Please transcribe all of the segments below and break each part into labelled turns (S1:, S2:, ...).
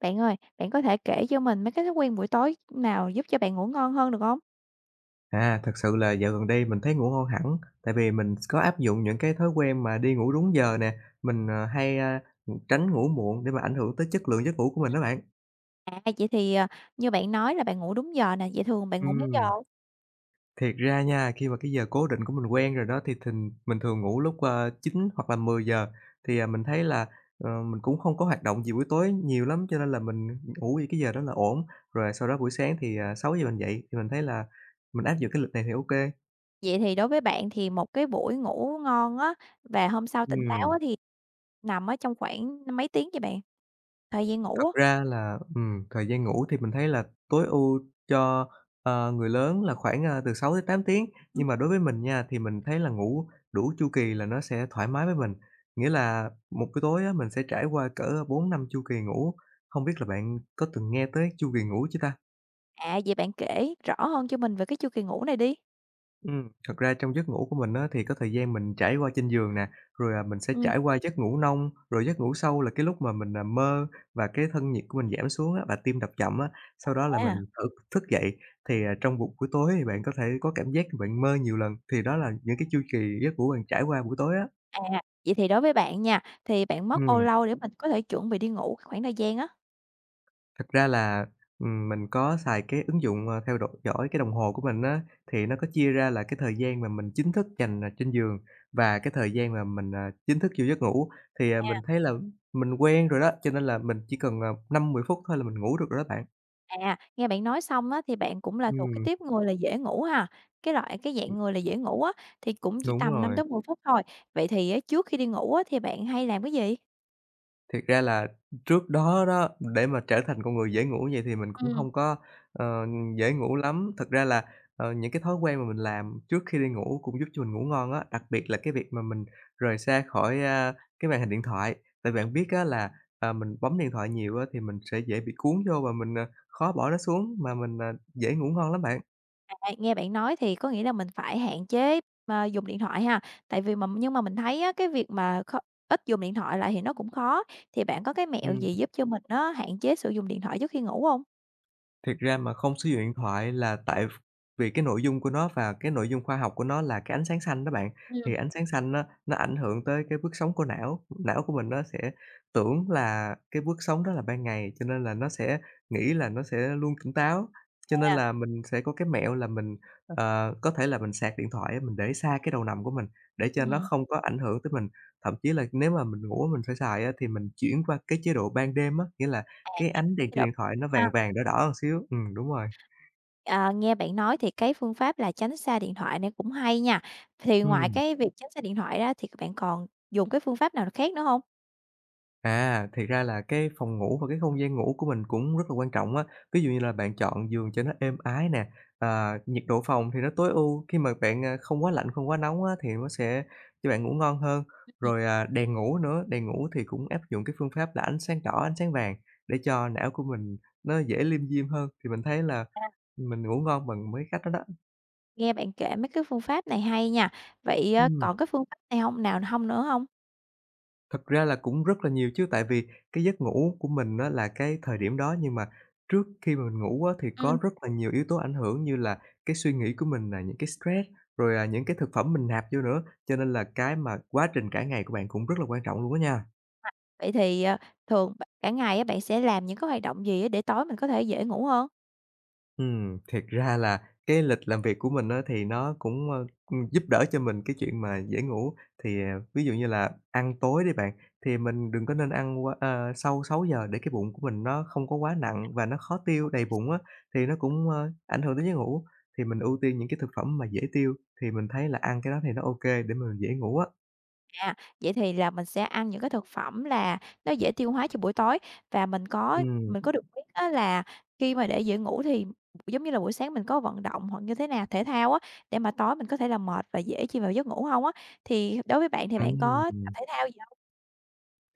S1: Bạn ơi, bạn có thể kể cho mình mấy cái thói quen buổi tối nào giúp cho bạn ngủ ngon hơn được không?
S2: À, thật sự là dạo gần đây mình thấy ngủ ngon hẳn, tại vì mình có áp dụng những cái thói quen mà đi ngủ đúng giờ nè, mình, ờ, hay, a, tránh ngủ muộn để mà ảnh hưởng tới chất lượng giấc ngủ của mình đó bạn.
S1: À, vậy thì, như bạn nói là bạn ngủ đúng giờ nè, vậy thường bạn ngủ mấy giờ?
S2: Ừm, Thiệt ra nha, khi mà cái giờ cố định của mình quen rồi đó thì thình mình thường ngủ lúc 9 hoặc là mười giờ, thì mình thấy là, mình cũng không có hoạt động gì buổi tối nhiều lắm, cho nên là mình ngủ vậy cái giờ đó là ổn. Rồi sau đó buổi sáng thì sáu giờ mình dậy thì mình thấy là mình áp dụng cái lịch này thì ok. kê.
S1: Vậy thì đối với bạn thì một cái buổi ngủ ngon á, và hôm sau tỉnh táo á thì nằm ở trong khoảng mấy tiếng vậy bạn? Thời gian
S2: Thật
S1: ngủ á?
S2: ra là, thời gian ngủ thì mình thấy là tối ưu cho, người lớn là khoảng từ 6 tám tiếng,
S1: Ừm.
S2: nhưng mà đối với mình nha, thì mình thấy là ngủ đủ chu kỳ là nó sẽ thoải mái với mình. Nghĩa là một cái tối á, mình sẽ trải qua cỡ bốn năm chu kỳ ngủ, không biết là bạn có từng nghe tới chu kỳ ngủ chưa ta?
S1: À, vậy bạn kể rõ hơn cho mình về cái chu kỳ ngủ này đi.
S2: Thật ra trong giấc ngủ của mình á, thì có thời gian mình trải qua trên giường nè, rồi mình sẽ
S1: Ừm.
S2: trải qua giấc ngủ nông, rồi giấc ngủ sâu là cái lúc mà mình mơ và cái thân nhiệt của mình giảm xuống á, và tim đập chậm á. Sau đó là
S1: à,
S2: mình thức thức dậy, thì trong một buổi tối thì bạn có thể có cảm giác bạn mơ nhiều lần, thì đó là những cái chu kỳ giấc ngủ bạn trải qua buổi tối á.
S1: à, Vậy thì đối với bạn nha, thì bạn mất bao
S2: Ừm.
S1: lâu để mình có thể chuẩn bị đi ngủ, cái khoảng thời gian á?
S2: Thật ra là, mình có xài cái ứng dụng, theo đo dõi cái đồng hồ của mình á, thì nó có chia ra là cái thời gian mà mình chính thức dành trên giường và cái thời gian mà mình chính thức vô giấc ngủ. Thì mình thấy là mình quen rồi đó, cho nên là mình chỉ cần, 5-10 phút thôi là mình ngủ được rồi đó bạn.
S1: À, nghe bạn nói xong á, thì bạn cũng là thuộc cái
S2: Ừm,
S1: tiếp người là dễ ngủ ha? Cái loại cái dạng người là dễ ngủ á, thì cũng chỉ
S2: đúng
S1: tầm năm
S2: rồi.
S1: tới mười phút thôi. Vậy thì á, trước khi đi ngủ á, thì bạn hay làm cái gì?
S2: Thiệt ra là trước đó đó, để mà trở thành con người dễ ngủ vậy thì mình cũng
S1: Ừm.
S2: hông có, ờ, dễ ngủ lắm. Thật ra là, những cái thói quen mà mình làm trước khi đi ngủ cũng giúp cho mình ngủ ngon á, đặc biệt là cái việc mà mình rời xa khỏi cái màn hình điện thoại. Tại bạn biết á là, mình bấm điện thoại nhiều á thì mình sẽ dễ bị cuốn vô và mình khó bỏ nó xuống mà mình dễ ngủ ngon lắm bạn.
S1: À, nghe bạn nói thì có nghĩa là mình phải hạn chế mà dùng điện thoại ha? Tại vì mà nhưng mà mình thấy á, cái việc mà ít dùng điện thoại lại thì nó cũng khó, thì bạn có cái mẹo
S2: Ừm.
S1: gì giúp cho mình á, hạn chế sử dụng điện thoại trước khi ngủ hông?
S2: Thiệt ra mà không sử dụng điện thoại là tại vì cái nội dung của nó và cái nội dung khoa học của nó là cái ánh sáng xanh đó bạn. Thì
S1: Ừm.
S2: ánh sáng xanh á, nó ảnh hưởng tới cái bước sóng của não, não của mình nó sẽ tưởng là cái bước sóng đó là ban ngày, cho nên là nó sẽ nghĩ là nó sẽ luôn tỉnh táo. Cho nên
S1: À.
S2: là mình sẽ có cái mẹo là mình có thể là mình sạc điện thoại á, mình để xa cái đầu nằm của mình, để cho nó
S1: Ừm.
S2: không có ảnh hưởng tới mình. Thậm chí là nếu mà mình ngủ mình phải xài á, thì mình chuyển qua cái chế độ ban đêm á, nghĩa là
S1: À,
S2: cái ánh đèn
S1: cái
S2: trên
S1: đợt
S2: điện thoại nó
S1: ha.
S2: vàng vàng, đỏ đỏ một xíu, đúng rồi,
S1: Ờ, nghe bạn nói thì cái phương pháp là tránh xa điện thoại này cũng hay nha. Thì ngoài
S2: ừm.
S1: cái việc tránh xa điện thoại ra thì bạn còn dùng cái phương pháp nào khác nữa không?
S2: À, thiệt ra là cái phòng ngủ và cái không gian ngủ của mình cũng rất là quan trọng á. Ví dụ như là bạn chọn giường cho nó êm ái nè, nhiệt độ phòng thì nó tối ưu, khi mà bạn không quá lạnh, không quá nóng á thì nó sẽ cho bạn ngủ ngon hơn.
S1: Ừm.
S2: Rồi đèn ngủ nữa, đèn ngủ thì cũng áp dụng cái phương pháp là ánh sáng đỏ, ánh sáng vàng để cho não của mình nó dễ liêm diêm hơn, thì mình thấy là mình ngủ ngon bằng mấy cách đó đó.
S1: Nghe bạn kể mấy cái phương pháp này hay nha. Vậy,
S2: Ừm.
S1: còn cái phương pháp này không nữa không?
S2: Thật ra là cũng rất là nhiều chứ, tại vì cái giấc ngủ của mình á là cái thời điểm đó, nhưng mà trước khi mà mình ngủ á thì có
S1: Ừm.
S2: rất là nhiều yếu tố ảnh hưởng như là cái suy nghĩ của mình nè, những cái stress, rồi những cái thực phẩm mình nạp vô nữa, cho nên là cái mà quá trình cả ngày của bạn cũng rất là quan trọng luôn á nha.
S1: Vậy thì, thường cả ngày á, bạn sẽ làm những cái hoạt động gì á để tối mình có thể dễ ngủ hơn?
S2: Thiệt ra là cái lịch làm việc của mình á, thì nó cũng giúp đỡ cho mình cái chuyện mà dễ ngủ. Thì ví dụ như là ăn tối đi bạn, thì mình đừng có nên ăn quá sau 6:00 để cái bụng của mình nó không có quá nặng và nó khó tiêu, đầy bụng á, thì nó cũng ảnh hưởng tới giấc ngủ. Thì mình ưu tiên những cái thực phẩm mà dễ tiêu, thì mình thấy là ăn cái đó thì nó ô kê để mà dễ ngủ á.
S1: À, vậy thì là mình sẽ ăn những cái thực phẩm là nó dễ tiêu hóa cho buổi tối và mình có
S2: Ừm,
S1: mình có được biết á là khi mà để dễ ngủ thì, giống như là, buổi sáng mình có vận động hoặc như thế nào, thể thao á, để mà tối mình có thể là mệt và dễ chìm vào giấc ngủ không á? Thì đối với bạn thì bạn có tập
S2: ừm.
S1: thể thao gì hông?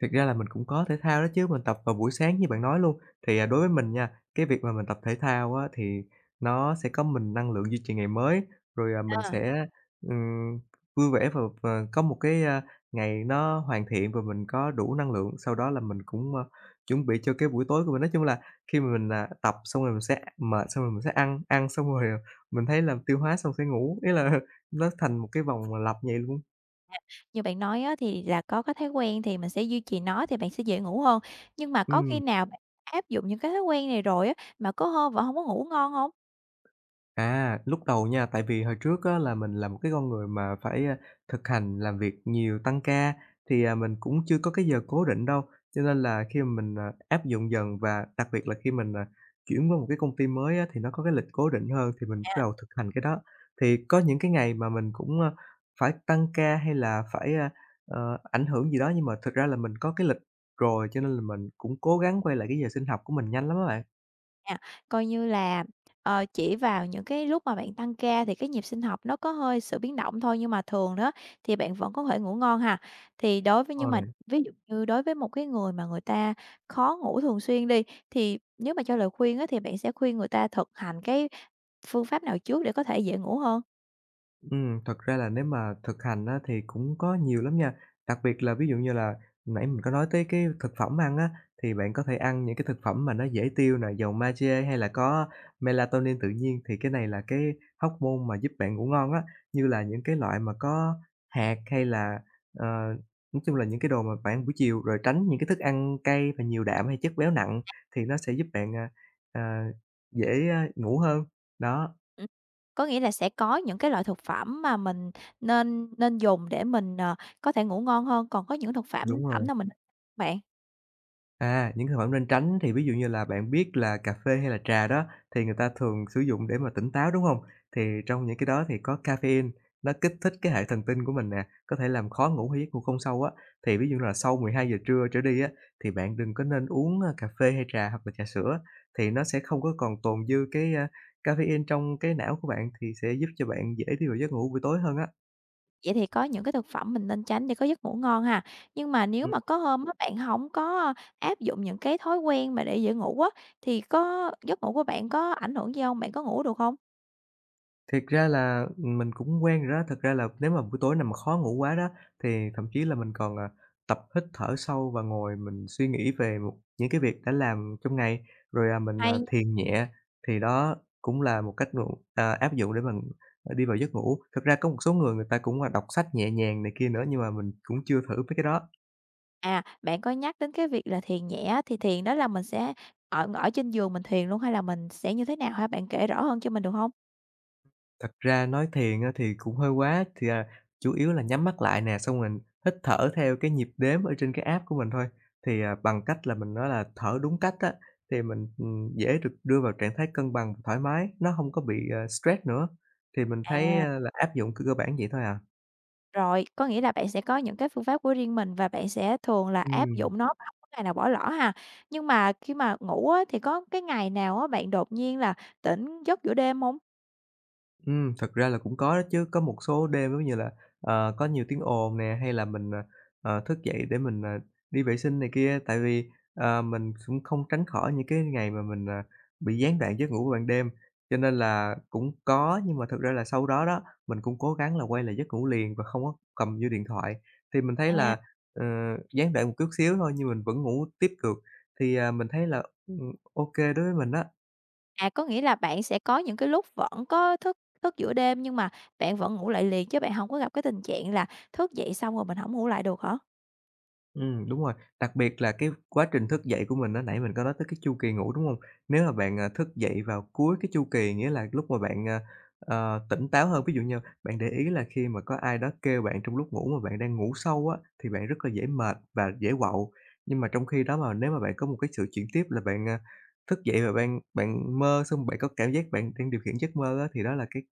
S2: Thực ra là mình cũng có thể thao đó chứ, mình tập vào buổi sáng như bạn nói luôn. Thì đối với mình nha, cái việc mà mình tập thể thao á, thì nó sẽ có mình năng lượng duy trì ngày mới, rồi mình
S1: À,
S2: sẽ, ừm, vui vẻ và có một cái ngày nó hoàn thiện và mình có đủ năng lượng. Sau đó là mình cũng chuẩn bị cho cái buổi tối của mình. Nói chung là khi mà mình tập xong rồi mình sẽ mệt, xong rồi mình sẽ ăn, ăn xong rồi mình thấy là tiêu hóa xong sẽ ngủ, ý là nó thành một cái vòng lặp vậy luôn.
S1: như bạn nói á thì là có cái thói quen thì mình sẽ duy trì nó thì bạn sẽ dễ ngủ hơn, nhưng mà có
S2: Ừm.
S1: khi nào bạn áp dụng những cái thói quen này rồi á, mà có hôm vẫn không có ngủ ngon không?
S2: À, lúc đầu nha, tại vì hồi trước á là mình là một cái con người mà phải thực hành làm việc nhiều, tăng ca, thì mình cũng chưa có cái giờ cố định đâu. Cho nên là khi mà mình áp dụng dần và đặc biệt là khi mình chuyển qua một cái công ty mới á, thì nó có cái lịch cố định hơn thì mình bắt đầu thực hành cái đó. Thì có những cái ngày mà mình cũng phải tăng ca hay là phải ảnh hưởng gì đó, nhưng mà thực ra là mình có cái lịch rồi, cho nên là mình cũng cố gắng quay lại cái giờ sinh học của mình nhanh lắm á bạn.
S1: À, coi như là, chỉ vào những cái lúc mà bạn tăng ca thì cái nhịp sinh học nó có hơi sự biến động thôi, nhưng mà thường đó thì bạn vẫn có thể ngủ ngon ha. Thì đối với
S2: Ờ.
S1: nhưng mà ví dụ như đối với một cái người mà người ta khó ngủ thường xuyên đi, thì nếu mà cho lời khuyên á, thì bạn sẽ khuyên người ta thực hành cái phương pháp nào trước để có thể dễ ngủ hơn?
S2: Thật ra là nếu mà thực hành á thì cũng có nhiều lắm nha. Đặc biệt là ví dụ như là nãy mình có nói tới cái thực phẩm ăn á, thì bạn có thể ăn những cái thực phẩm mà nó dễ tiêu nè, dầu magie hay là có melatonin tự nhiên thì cái này là cái hormone mà giúp bạn ngủ ngon á, như là những cái loại mà có hạt hay là, ờ, nói chung là những cái đồ mà bạn ăn buổi chiều, rồi tránh những cái thức ăn cay và nhiều đạm hay chất béo nặng thì nó sẽ giúp bạn, à, dễ ngủ hơn. Đó,
S1: Ừm, có nghĩa là sẽ có những cái loại thực phẩm mà mình nên nên dùng để mình, có thể ngủ ngon hơn, còn có những thực phẩm
S2: đúng rồi.
S1: phẩm nào mình bạn?
S2: À, những thực phẩm nên tránh thì ví dụ như là bạn biết là cà phê hay là trà đó, thì người ta thường sử dụng để mà tỉnh táo, đúng không? Thì trong những cái đó thì có caffeine, nó kích thích cái hệ thần kinh của mình nè, có thể làm khó ngủ hay giấc ngủ không sâu á. Thì ví dụ như là sau mười hai giờ trưa trở đi á, thì bạn đừng có nên uống cà phê hay trà hoặc là trà sữa, thì nó sẽ không có còn tồn dư caffeine trong cái não của bạn, thì sẽ giúp cho bạn dễ đi vào giấc ngủ buổi tối hơn á.
S1: Vậy thì có những cái thực phẩm mình nên tránh để có giấc ngủ ngon ha. Nhưng mà nếu
S2: Ừm.
S1: mà có hôm á, bạn hổng có áp dụng những cái thói quen mà để dễ ngủ á, thì có giấc ngủ của bạn có ảnh hưởng gì hông? Bạn có ngủ được hông?
S2: Thiệt ra là, mình cũng quen rồi đó. Thực ra là nếu mà buổi tối nào mà khó ngủ quá đó, thì thậm chí là mình còn tập hít thở sâu và ngồi mình suy nghĩ về một những cái việc đã làm trong ngày, rồi mình
S1: Hay nha.
S2: thiền nhẹ. Thì đó cũng là một cách ngủ, áp dụng để mình đi vào giấc ngủ. Thực ra có một số người người ta cũng, là đọc sách nhẹ nhàng này kia nữa, nhưng mà mình cũng chưa thử mấy cái đó.
S1: À, bạn có nhắc đến cái việc là thiền nhẹ á, thì thiền đó là mình sẽ ở ở trên giường mình thiền luôn hay là mình sẽ như thế nào ha? Bạn kể rõ hơn cho mình được hông?
S2: Thật ra nói thiền á thì cũng hơi quá, chủ yếu là nhắm mắt lại nè, xong mình hít thở theo cái nhịp đếm ở trên cái app của mình thôi. Bằng cách là mình nói là thở đúng cách á, thì mình, dễ được đưa vào trạng thái cân bằng thoải mái, nó không có bị, stress nữa, thì mình thấy,
S1: À.
S2: là áp dụng cơ bản vậy thôi à.
S1: Rồi, có nghĩa là bạn sẽ có những cái phương pháp của riêng mình và bạn sẽ thường là áp
S2: Ừm.
S1: dụng nó và hông có ngày nào bỏ lỡ ha. Nhưng mà khi mà ngủ á, thì có cái ngày nào á, bạn đột nhiên là tỉnh giấc giữa đêm hông?
S2: Thật ra là cũng có đó chứ, có một số đêm giống như là, có nhiều tiếng ồn nè, hay là mình, thức dậy để mình, đi vệ sinh này kia. Tại vì, mình cũng không tránh khỏi những cái ngày mà mình, bị gián đoạn giấc ngủ ban đêm, cho nên là cũng có, nhưng mà thực ra là sau đó đó, mình cũng cố gắng là quay lại giấc ngủ liền và không có cầm vô điện thoại. Thì mình thấy
S1: À,
S2: là, ờ, gián đoạn một chút xíu thôi nhưng mình vẫn ngủ tiếp được, mình thấy là, ô kê đối với mình á.
S1: à, có nghĩa là bạn sẽ có những cái lúc vẫn có thức thức giữa đêm nhưng mà bạn vẫn ngủ lại liền chứ bạn hổng có gặp cái tình trạng là thức dậy xong rồi mình hổng ngủ lại được hả?
S2: Đúng rồi, đặc biệt là cái quá trình thức dậy của mình á, nãy mình có nói tới cái chu kỳ ngủ, đúng hông? Nếu mà bạn, thức dậy vào cuối cái chu kỳ, nghĩa là lúc mà bạn, tỉnh táo hơn, ví dụ như bạn để ý là khi mà có ai đó kêu bạn trong lúc ngủ mà bạn đang ngủ sâu á, thì bạn rất là dễ mệt và dễ quạu. Nhưng mà trong khi đó mà nếu mà bạn có một cái sự chuyển tiếp là bạn, thức dậy và bạn mơ xong bạn có cảm giác bạn đang điều khiển giấc mơ á, thì đó là cái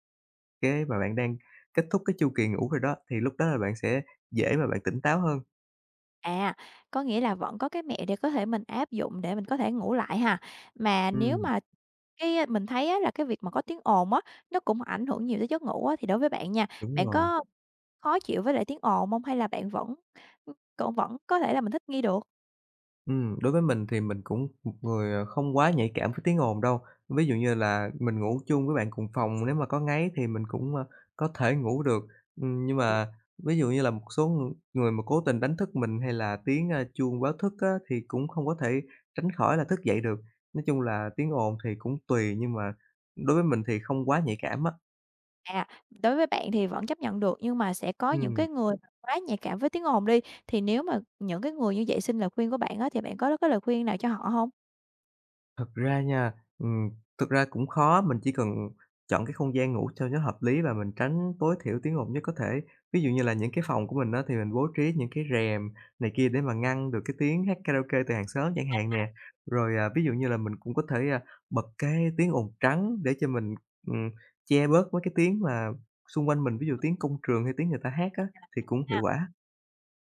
S2: cái mà bạn đang kết thúc cái chu kỳ ngủ rồi đó, thì lúc đó là bạn sẽ dễ mà bạn tỉnh táo hơn.
S1: À, có nghĩa là vẫn có cái mẹo để có thể mình áp dụng để mình có thể ngủ lại ha. Mà nếu
S2: Ừm,
S1: mà Cái, mình thấy á là cái việc mà có tiếng ồn á, nó cũng ảnh hưởng nhiều tới giấc ngủ á, thì đối với bạn nha,
S2: đúng
S1: bạn
S2: rồi.
S1: có khó chịu với lại tiếng ồn hông? Hay là bạn vẫn cũng vẫn có thể là mình thích nghi được?
S2: Đối với mình thì mình cũng một người, không quá nhạy cảm với tiếng ồn đâu. Ví dụ như là mình ngủ chung với bạn cùng phòng, nếu mà có ngáy thì mình cũng, có thể ngủ được. Nhưng
S1: Ừ.
S2: mà ví dụ như là một số người mà cố tình đánh thức mình hay là tiếng, chuông báo thức á, thì cũng không có thể tránh khỏi là thức dậy được. Nói chung là tiếng ồn thì cũng tùy, nhưng mà đối với mình thì không quá nhạy cảm á.
S1: À, đối với bạn thì vẫn chấp nhận được, nhưng mà sẽ có những
S2: Ừm.
S1: cái người mà quá nhạy cảm với tiếng ồn đi, thì nếu mà những cái người như vậy xin lời khuyên của bạn á, thì bạn có cái lời khuyên nào cho họ hông?
S2: Thật ra nha, ừm, thực ra cũng khó, mình chỉ cần chọn cái không gian ngủ cho nó hợp lý và mình tránh tối thiểu tiếng ồn nhất có thể. Ví dụ như là những cái phòng của mình á, thì mình bố trí những cái rèm này kia để mà ngăn được cái tiếng hát karaoke từ hàng xóm chẳng hạn nè. Rồi, ví dụ như là mình cũng có thể, bật cái tiếng ồn trắng để cho mình, ừm, che bớt mấy cái tiếng mà xung quanh mình, ví dụ tiếng công trường hay tiếng người ta hát á, thì cũng hiệu
S1: À,
S2: quả.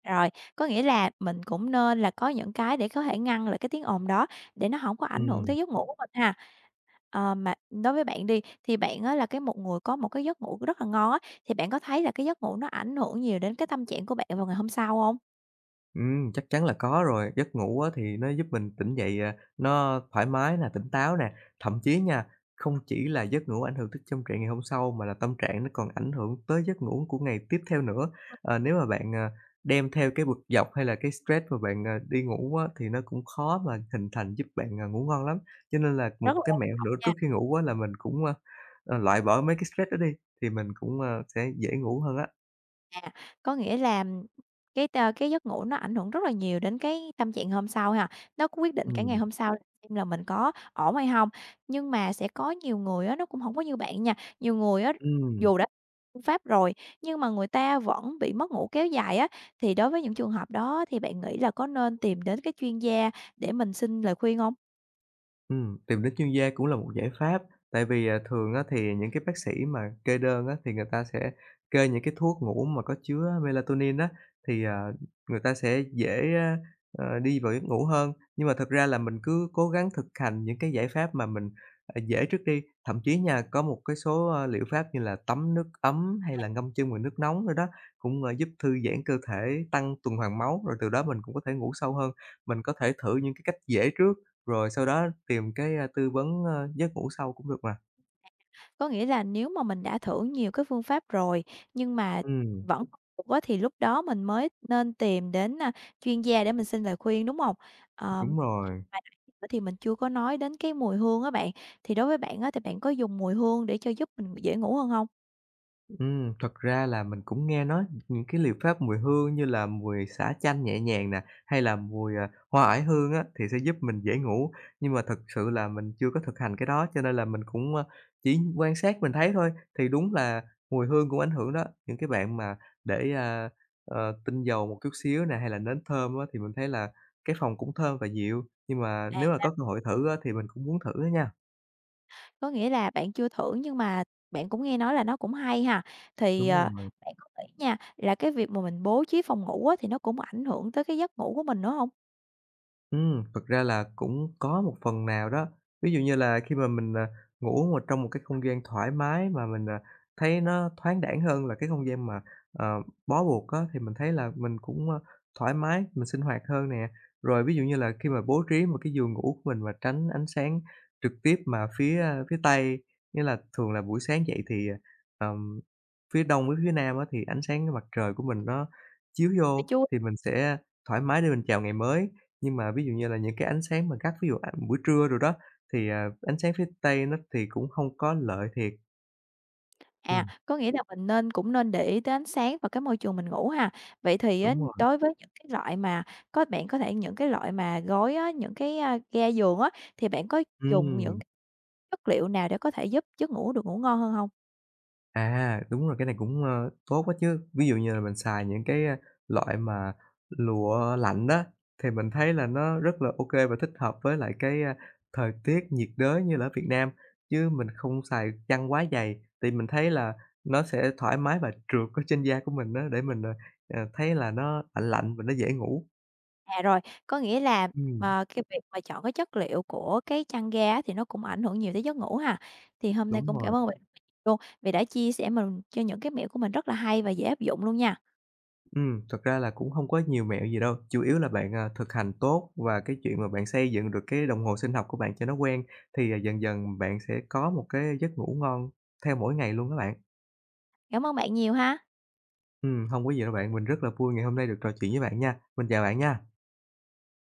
S1: rồi, có nghĩa là mình cũng nên là có những cái để có thể ngăn lại cái tiếng ồn đó, để nó hổng có ảnh hưởng
S2: Ừm.
S1: tới giấc ngủ của mình ha. Ờ, mà đối với bạn đi, thì bạn á là cái một người có một cái giấc ngủ rất là ngon á, thì bạn có thấy là cái giấc ngủ nó ảnh hưởng nhiều đến cái tâm trạng của bạn vào ngày hôm sau không?
S2: Chắc chắn là có rồi. Giấc ngủ á thì nó giúp mình tỉnh dậy, nó thoải mái nè, tỉnh táo nè. Thậm chí nha, không chỉ là giấc ngủ ảnh hưởng tới tâm trạng ngày hôm sau mà là tâm trạng nó còn ảnh hưởng tới giấc ngủ của ngày tiếp theo nữa. Nếu mà bạn, đem theo cái bực dọc hay là cái stress mà bạn, đi ngủ á, thì nó cũng khó mà hình thành giúp bạn, ngủ ngon lắm. Cho nên là một
S1: Rất là
S2: cái
S1: quan
S2: mẹo
S1: trọng
S2: nữa trước
S1: nha.
S2: khi ngủ á là mình cũng, loại bỏ mấy cái stress đó đi, thì mình cũng, sẽ dễ ngủ hơn á.
S1: À, có nghĩa là cái giấc ngủ nó ảnh hưởng rất là nhiều đến cái tâm trạng hôm sau ha, nó cũng quyết định cả ngày
S2: Ừm,
S1: hôm sau xem là mình có ổn hay không. Nhưng mà sẽ có nhiều người á, nó cũng không có như bạn nha, nhiều người á,
S2: ừm.
S1: dù đã phương pháp rồi, nhưng mà người ta vẫn bị mất ngủ kéo dài á, thì đối với những trường hợp đó thì bạn nghĩ là có nên tìm đến cái chuyên gia để mình xin lời khuyên không?
S2: Tìm đến chuyên gia cũng là một giải pháp, tại vì thường á thì những cái bác sĩ mà kê đơn á, thì người ta sẽ kê những cái thuốc ngủ mà có chứa melatonin á, thì, người ta sẽ dễ, đi vào giấc ngủ hơn. Nhưng mà thật ra là mình cứ cố gắng thực hành những cái giải pháp mà mình, dễ trước đi, thậm chí nha, có một cái số, liệu pháp như là tắm nước ấm hay là ngâm chân vào nước nóng rồi đó, cũng, giúp thư giãn cơ thể, tăng tuần hoàn máu, rồi từ đó mình cũng có thể ngủ sâu hơn. Mình có thể thử những cái cách dễ trước rồi sau đó tìm cái, tư vấn, giấc ngủ sâu cũng được mà.
S1: Có nghĩa là nếu mà mình đã thử nhiều cái phương pháp rồi, nhưng mà
S2: Ừm,
S1: vẫn không được á, thì lúc đó mình mới nên tìm đến, chuyên gia để mình xin lời khuyên, đúng không? Ờm,
S2: đúng rồi.
S1: thì mình chưa có nói đến cái mùi hương á bạn, thì đối với bạn á, thì bạn có dùng mùi hương để cho giúp mình dễ ngủ hơn không?
S2: Thật ra là mình cũng nghe nói những cái liệu pháp mùi hương như là mùi xả chanh nhẹ nhàng nè, hay là mùi, hoa oải hương á, thì sẽ giúp mình dễ ngủ. Nhưng mà thật sự là mình chưa có thực hành cái đó, cho nên là mình cũng, chỉ quan sát mình thấy thôi, thì đúng là mùi hương cũng ảnh hưởng đó. Những cái bạn mà để, tinh dầu một chút xíu nè, hay là nến thơm á, thì mình thấy là cái phòng cũng thơm và dịu, nhưng mà nếu mà
S1: À,
S2: có cơ hội thử á, thì mình cũng muốn thử á nha.
S1: có nghĩa là bạn chưa thử nhưng mà bạn cũng nghe nói là nó cũng hay ha. Thì,
S2: Đúng rồi.
S1: bạn có nghĩ nha, là cái việc mà mình bố trí phòng ngủ á, thì nó cũng ảnh hưởng tới cái giấc ngủ của mình nữa không?
S2: Thực ra là cũng có một phần nào đó. Ví dụ như là khi mà mình, ngủ mà trong một cái không gian thoải mái mà mình, thấy nó thoáng đãng hơn là cái không gian mà, bó buộc á, thì mình thấy là mình cũng, thoải mái, mình sinh hoạt hơn nè. Rồi ví dụ như là khi mà bố trí một cái giường ngủ của mình mà tránh ánh sáng trực tiếp mà phía Tây, nghĩa là thường là buổi sáng dậy thì, ờ, ờm, phía Đông với phía Nam á, thì ánh sáng mặt trời của mình nó chiếu vô
S1: Bạn chưa.
S2: thì mình sẽ thoải mái để mình chào ngày mới. Nhưng mà ví dụ như là những cái ánh sáng mà gắt, ví dụ, buổi trưa rồi đó, thì ánh sáng phía Tây nó thì cũng hông có lợi thiệt.
S1: À,
S2: Ừm,
S1: có nghĩa là mình cũng nên để ý tới ánh sáng và cái môi trường mình ngủ ha. Vậy thì á,
S2: đúng rồi.
S1: đối với những cái loại mà có bạn có thể những cái loại mà gối á, những cái, ga giường á, thì bạn có dùng những
S2: Ừm,
S1: cái chất liệu nào để có thể giúp giấc ngủ được ngủ ngon hơn không?
S2: đúng rồi, cái này cũng, tốt quá chứ. Ví dụ như là mình xài những cái, loại mà lụa lạnh đó thì mình thấy là nó rất là ô kê và thích hợp với lại cái, thời tiết nhiệt đới như là ở Việt Nam, chứ mình không xài chăn quá dày, tại mình thấy là nó sẽ thoải mái và trượt ở trên da của mình á, để mình, thấy là nó lạnh lạnh và nó dễ ngủ.
S1: À, rồi, có nghĩa là,
S2: Ừm.
S1: mà cái việc mà chọn cái chất liệu của cái chăn ga á, thì nó cũng ảnh hưởng nhiều tới giấc ngủ ha. Thì hôm nay
S2: Đúng
S1: cũng
S2: rồi.
S1: cảm ơn bạn luôn vì đã chia sẻ mình cho những cái mẹo của mình rất là hay và dễ áp dụng luôn nha.
S2: Ừ, thật ra là cũng không có nhiều mẹo gì đâu, chủ yếu là bạn, thực hành tốt và cái chuyện mà bạn xây dựng được cái đồng hồ sinh học của bạn cho nó quen, thì dần dần bạn sẽ có một cái giấc ngủ ngon theo mỗi ngày luôn các bạn.
S1: Cảm ơn bạn nhiều ha.
S2: Ừ, không có gì đâu bạn, mình rất là vui ngày hôm nay được trò chuyện với bạn nha. Mình chào bạn nha.